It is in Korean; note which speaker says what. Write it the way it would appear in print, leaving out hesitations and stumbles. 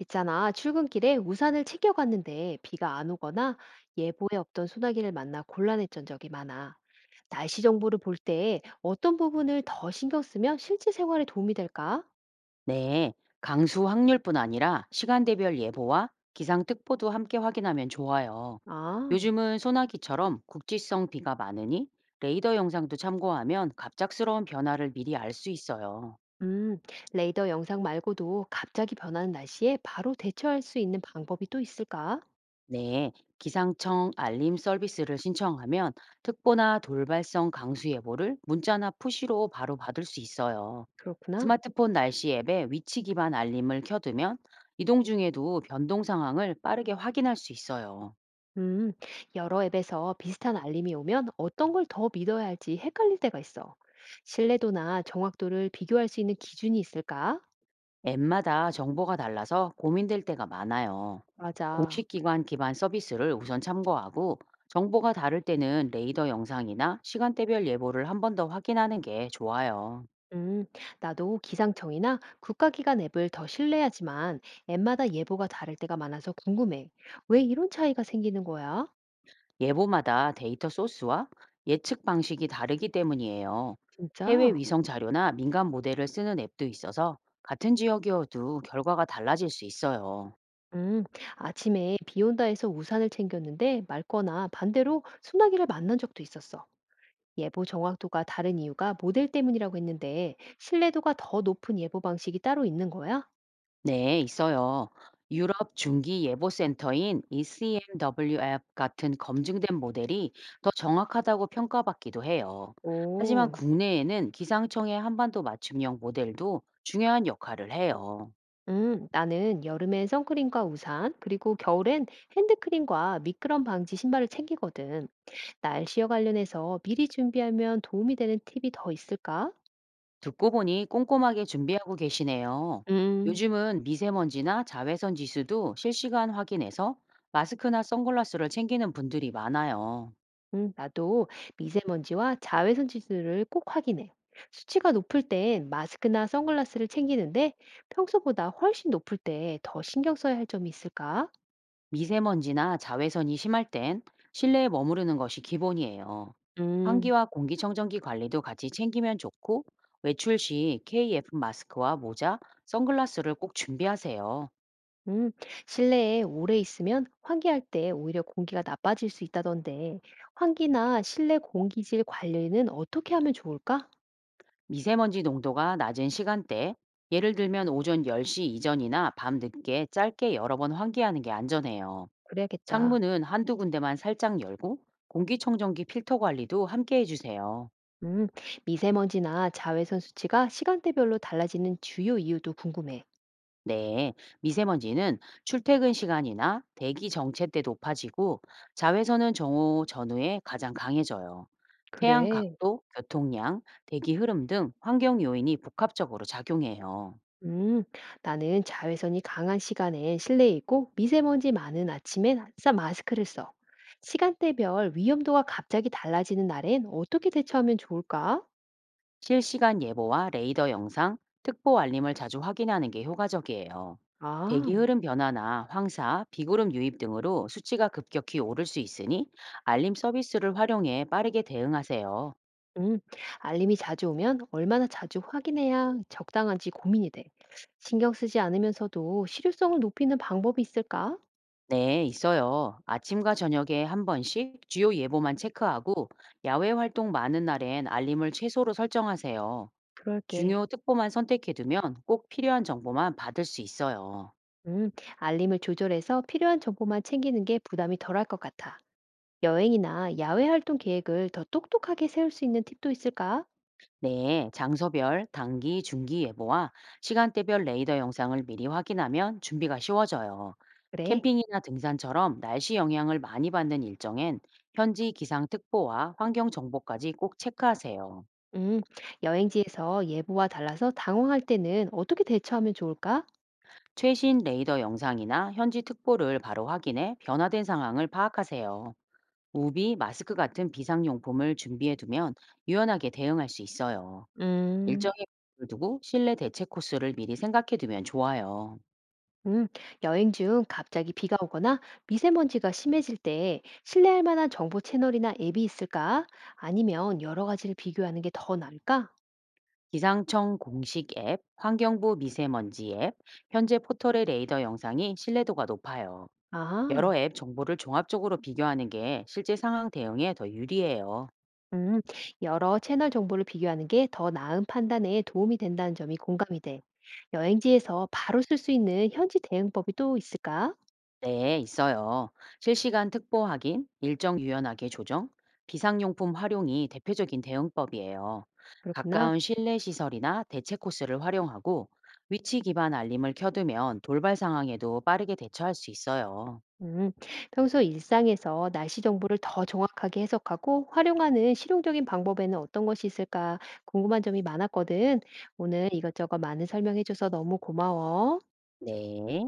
Speaker 1: 있잖아, 출근길에 우산을 챙겨갔는데 비가 안 오거나 예보에 없던 소나기를 만나 곤란했던 적이 많아. 날씨 정보를 볼 때 어떤 부분을 더 신경 쓰면 실제 생활에 도움이 될까?
Speaker 2: 네, 강수 확률뿐 아니라 시간대별 예보와 기상특보도 함께 확인하면 좋아요.
Speaker 1: 아,
Speaker 2: 요즘은 소나기처럼 국지성 비가 많으니 레이더 영상도 참고하면 갑작스러운 변화를 미리 알 수 있어요.
Speaker 1: 음, 레이더 영상 말고도 갑자기 변하는 날씨에 바로 대처할 수 있는 방법이 또 있을까?
Speaker 2: 네, 기상청 알림 서비스를 신청하면 특보나 돌발성 강수 예보를 문자나 푸시로 바로 받을 수 있어요.
Speaker 1: 그렇구나.
Speaker 2: 스마트폰 날씨 앱에 위치 기반 알림을 켜두면 이동 중에도 변동 상황을 빠르게 확인할 수 있어요.
Speaker 1: 음, 여러 앱에서 비슷한 알림이 오면 어떤 걸 더 믿어야 할지 헷갈릴 때가 있어. 신뢰도나 정확도를 비교할 수 있는 기준이 있을까?
Speaker 2: 앱마다 정보가 달라서 고민될 때가 많아요.
Speaker 1: 맞아.
Speaker 2: 공식 기관 기반 서비스를 우선 참고하고 정보가 다를 때는 레이더 영상이나 시간대별 예보를 한번 더 확인하는 게 좋아요.
Speaker 1: 음, 나도 기상청이나 국가기관 앱을 더 신뢰하지만 앱마다 예보가 다를 때가 많아서 궁금해. 왜 이런 차이가 생기는 거야?
Speaker 2: 예보마다 데이터 소스와 예측 방식이 다르기 때문이에요. 해외
Speaker 1: 진짜?
Speaker 2: 위성 자료나 민간 모델을 쓰는 앱도 있어서 같은 지역이어도 결과가 달라질 수 있어요.
Speaker 1: 음, 아침에 비 온다 해서 우산을 챙겼는데 맑거나 반대로 소나기를 만난 적도 있었어. 예보 정확도가 다른 이유가 모델 때문이라고 했는데 신뢰도가 더 높은 예보 방식이 따로 있는 거야?
Speaker 2: 네, 있어요. 유럽 중기 예보 센터인 ECMWF 같은 검증된 모델이 더 정확하다고 평가받기도 해요. 하지만
Speaker 1: 오.
Speaker 2: 국내에는 기상청의 한반도 맞춤형 모델도 중요한 역할을 해요.
Speaker 1: 나는 여름엔 선크림과 우산, 그리고 겨울엔 핸드크림과 미끄럼 방지 신발을 챙기거든. 날씨와 관련해서 미리 준비하면 도움이 되는 팁이 더 있을까?
Speaker 2: 듣고 보니 꼼꼼하게 준비하고 계시네요.
Speaker 1: 음,
Speaker 2: 요즘은 미세먼지나 자외선 지수도 실시간 확인해서 마스크나 선글라스를 챙기는 분들이 많아요.
Speaker 1: 나도 미세먼지와 자외선 지수를 꼭 확인해. 수치가 높을 땐 마스크나 선글라스를 챙기는데 평소보다 훨씬 높을 때 더 신경 써야 할 점이 있을까?
Speaker 2: 미세먼지나 자외선이 심할 땐 실내에 머무르는 것이 기본이에요.
Speaker 1: 음.
Speaker 2: 환기와 공기청정기 관리도 같이 챙기면 좋고, 외출 시 KF 마스크와 모자, 선글라스를 꼭 준비하세요.
Speaker 1: 음, 실내에 오래 있으면 환기할 때 오히려 공기가 나빠질 수 있다던데, 환기나 실내 공기질 관리는 어떻게 하면 좋을까?
Speaker 2: 미세먼지 농도가 낮은 시간대, 예를 들면 오전 10시 이전이나 밤 늦게 짧게 여러 번 환기하는 게 안전해요.
Speaker 1: 그래야겠다.
Speaker 2: 창문은 한두 군데만 살짝 열고, 공기청정기 필터 관리도 함께 해주세요.
Speaker 1: 음, 미세먼지나 자외선 수치가 시간대별로 달라지는 주요 이유도 궁금해.
Speaker 2: 네, 미세먼지는 출퇴근 시간이나 대기 정체 때 높아지고 자외선은 정오 전후에 가장 강해져요. 태양
Speaker 1: 그래.
Speaker 2: 각도, 교통량, 대기 흐름 등 환경 요인이 복합적으로 작용해요.
Speaker 1: 음, 나는 자외선이 강한 시간엔 실내에 있고 미세먼지 많은 아침엔 항상 마스크를 써. 시간대별 위험도가 갑자기 달라지는 날엔 어떻게 대처하면 좋을까?
Speaker 2: 실시간 예보와 레이더 영상, 특보 알림을 자주 확인하는 게 효과적이에요. 대기
Speaker 1: 아.
Speaker 2: 흐름 변화나 황사, 비구름 유입 등으로 수치가 급격히 오를 수 있으니 알림 서비스를 활용해 빠르게 대응하세요.
Speaker 1: 음, 알림이 자주 오면 얼마나 자주 확인해야 적당한지 고민이 돼. 신경 쓰지 않으면서도 실효성을 높이는 방법이 있을까?
Speaker 2: 네, 있어요. 아침과 저녁에 한 번씩 주요 예보만 체크하고 야외 활동 많은 날엔 알림을 최소로 설정하세요.
Speaker 1: 그럴게.
Speaker 2: 중요 특보만 선택해두면 꼭 필요한 정보만 받을 수 있어요.
Speaker 1: 음, 알림을 조절해서 필요한 정보만 챙기는 게 부담이 덜할 것 같아. 여행이나 야외 활동 계획을 더 똑똑하게 세울 수 있는 팁도 있을까?
Speaker 2: 네, 장소별, 단기, 중기 예보와 시간대별 레이더 영상을 미리 확인하면 준비가 쉬워져요.
Speaker 1: 그래.
Speaker 2: 캠핑이나 등산처럼 날씨 영향을 많이 받는 일정엔 현지 기상특보와 환경정보까지 꼭 체크하세요.
Speaker 1: 음, 여행지에서 예보와 달라서 당황할 때는 어떻게 대처하면 좋을까?
Speaker 2: 최신 레이더 영상이나 현지 특보를 바로 확인해 변화된 상황을 파악하세요. 우비, 마스크 같은 비상용품을 준비해 두면 유연하게 대응할 수 있어요.
Speaker 1: 음.
Speaker 2: 일정의 을 두고 실내 대체 코스를 미리 생각해 두면 좋아요.
Speaker 1: 음, 여행 중 갑자기 비가 오거나 미세먼지가 심해질 때 신뢰할 만한 정보 채널이나 앱이 있을까? 아니면 여러 가지를 비교하는 게 더 나을까?
Speaker 2: 기상청 공식 앱, 환경부 미세먼지 앱, 현재 포털의 레이더 영상이 신뢰도가 높아요.
Speaker 1: 아,
Speaker 2: 여러 앱 정보를 종합적으로 비교하는 게 실제 상황 대응에 더 유리해요.
Speaker 1: 음, 여러 채널 정보를 비교하는 게 더 나은 판단에 도움이 된다는 점이 공감이 돼. 여행지에서 바로 쓸 수 있는 현지 대응법이 또 있을까?
Speaker 2: 네, 있어요. 실시간 특보 확인, 일정 유연하게 조정, 비상용품 활용이 대표적인 대응법이에요.
Speaker 1: 그렇구나.
Speaker 2: 가까운 실내 시설이나 대체 코스를 활용하고 위치 기반 알림을 켜두면 돌발 상황에도 빠르게 대처할 수 있어요.
Speaker 1: 음, 평소 일상에서 날씨 정보를 더 정확하게 해석하고 활용하는 실용적인 방법에는 어떤 것이 있을까 궁금한 점이 많았거든. 오늘 이것저것 많은 설명해줘서 너무 고마워.
Speaker 2: 네.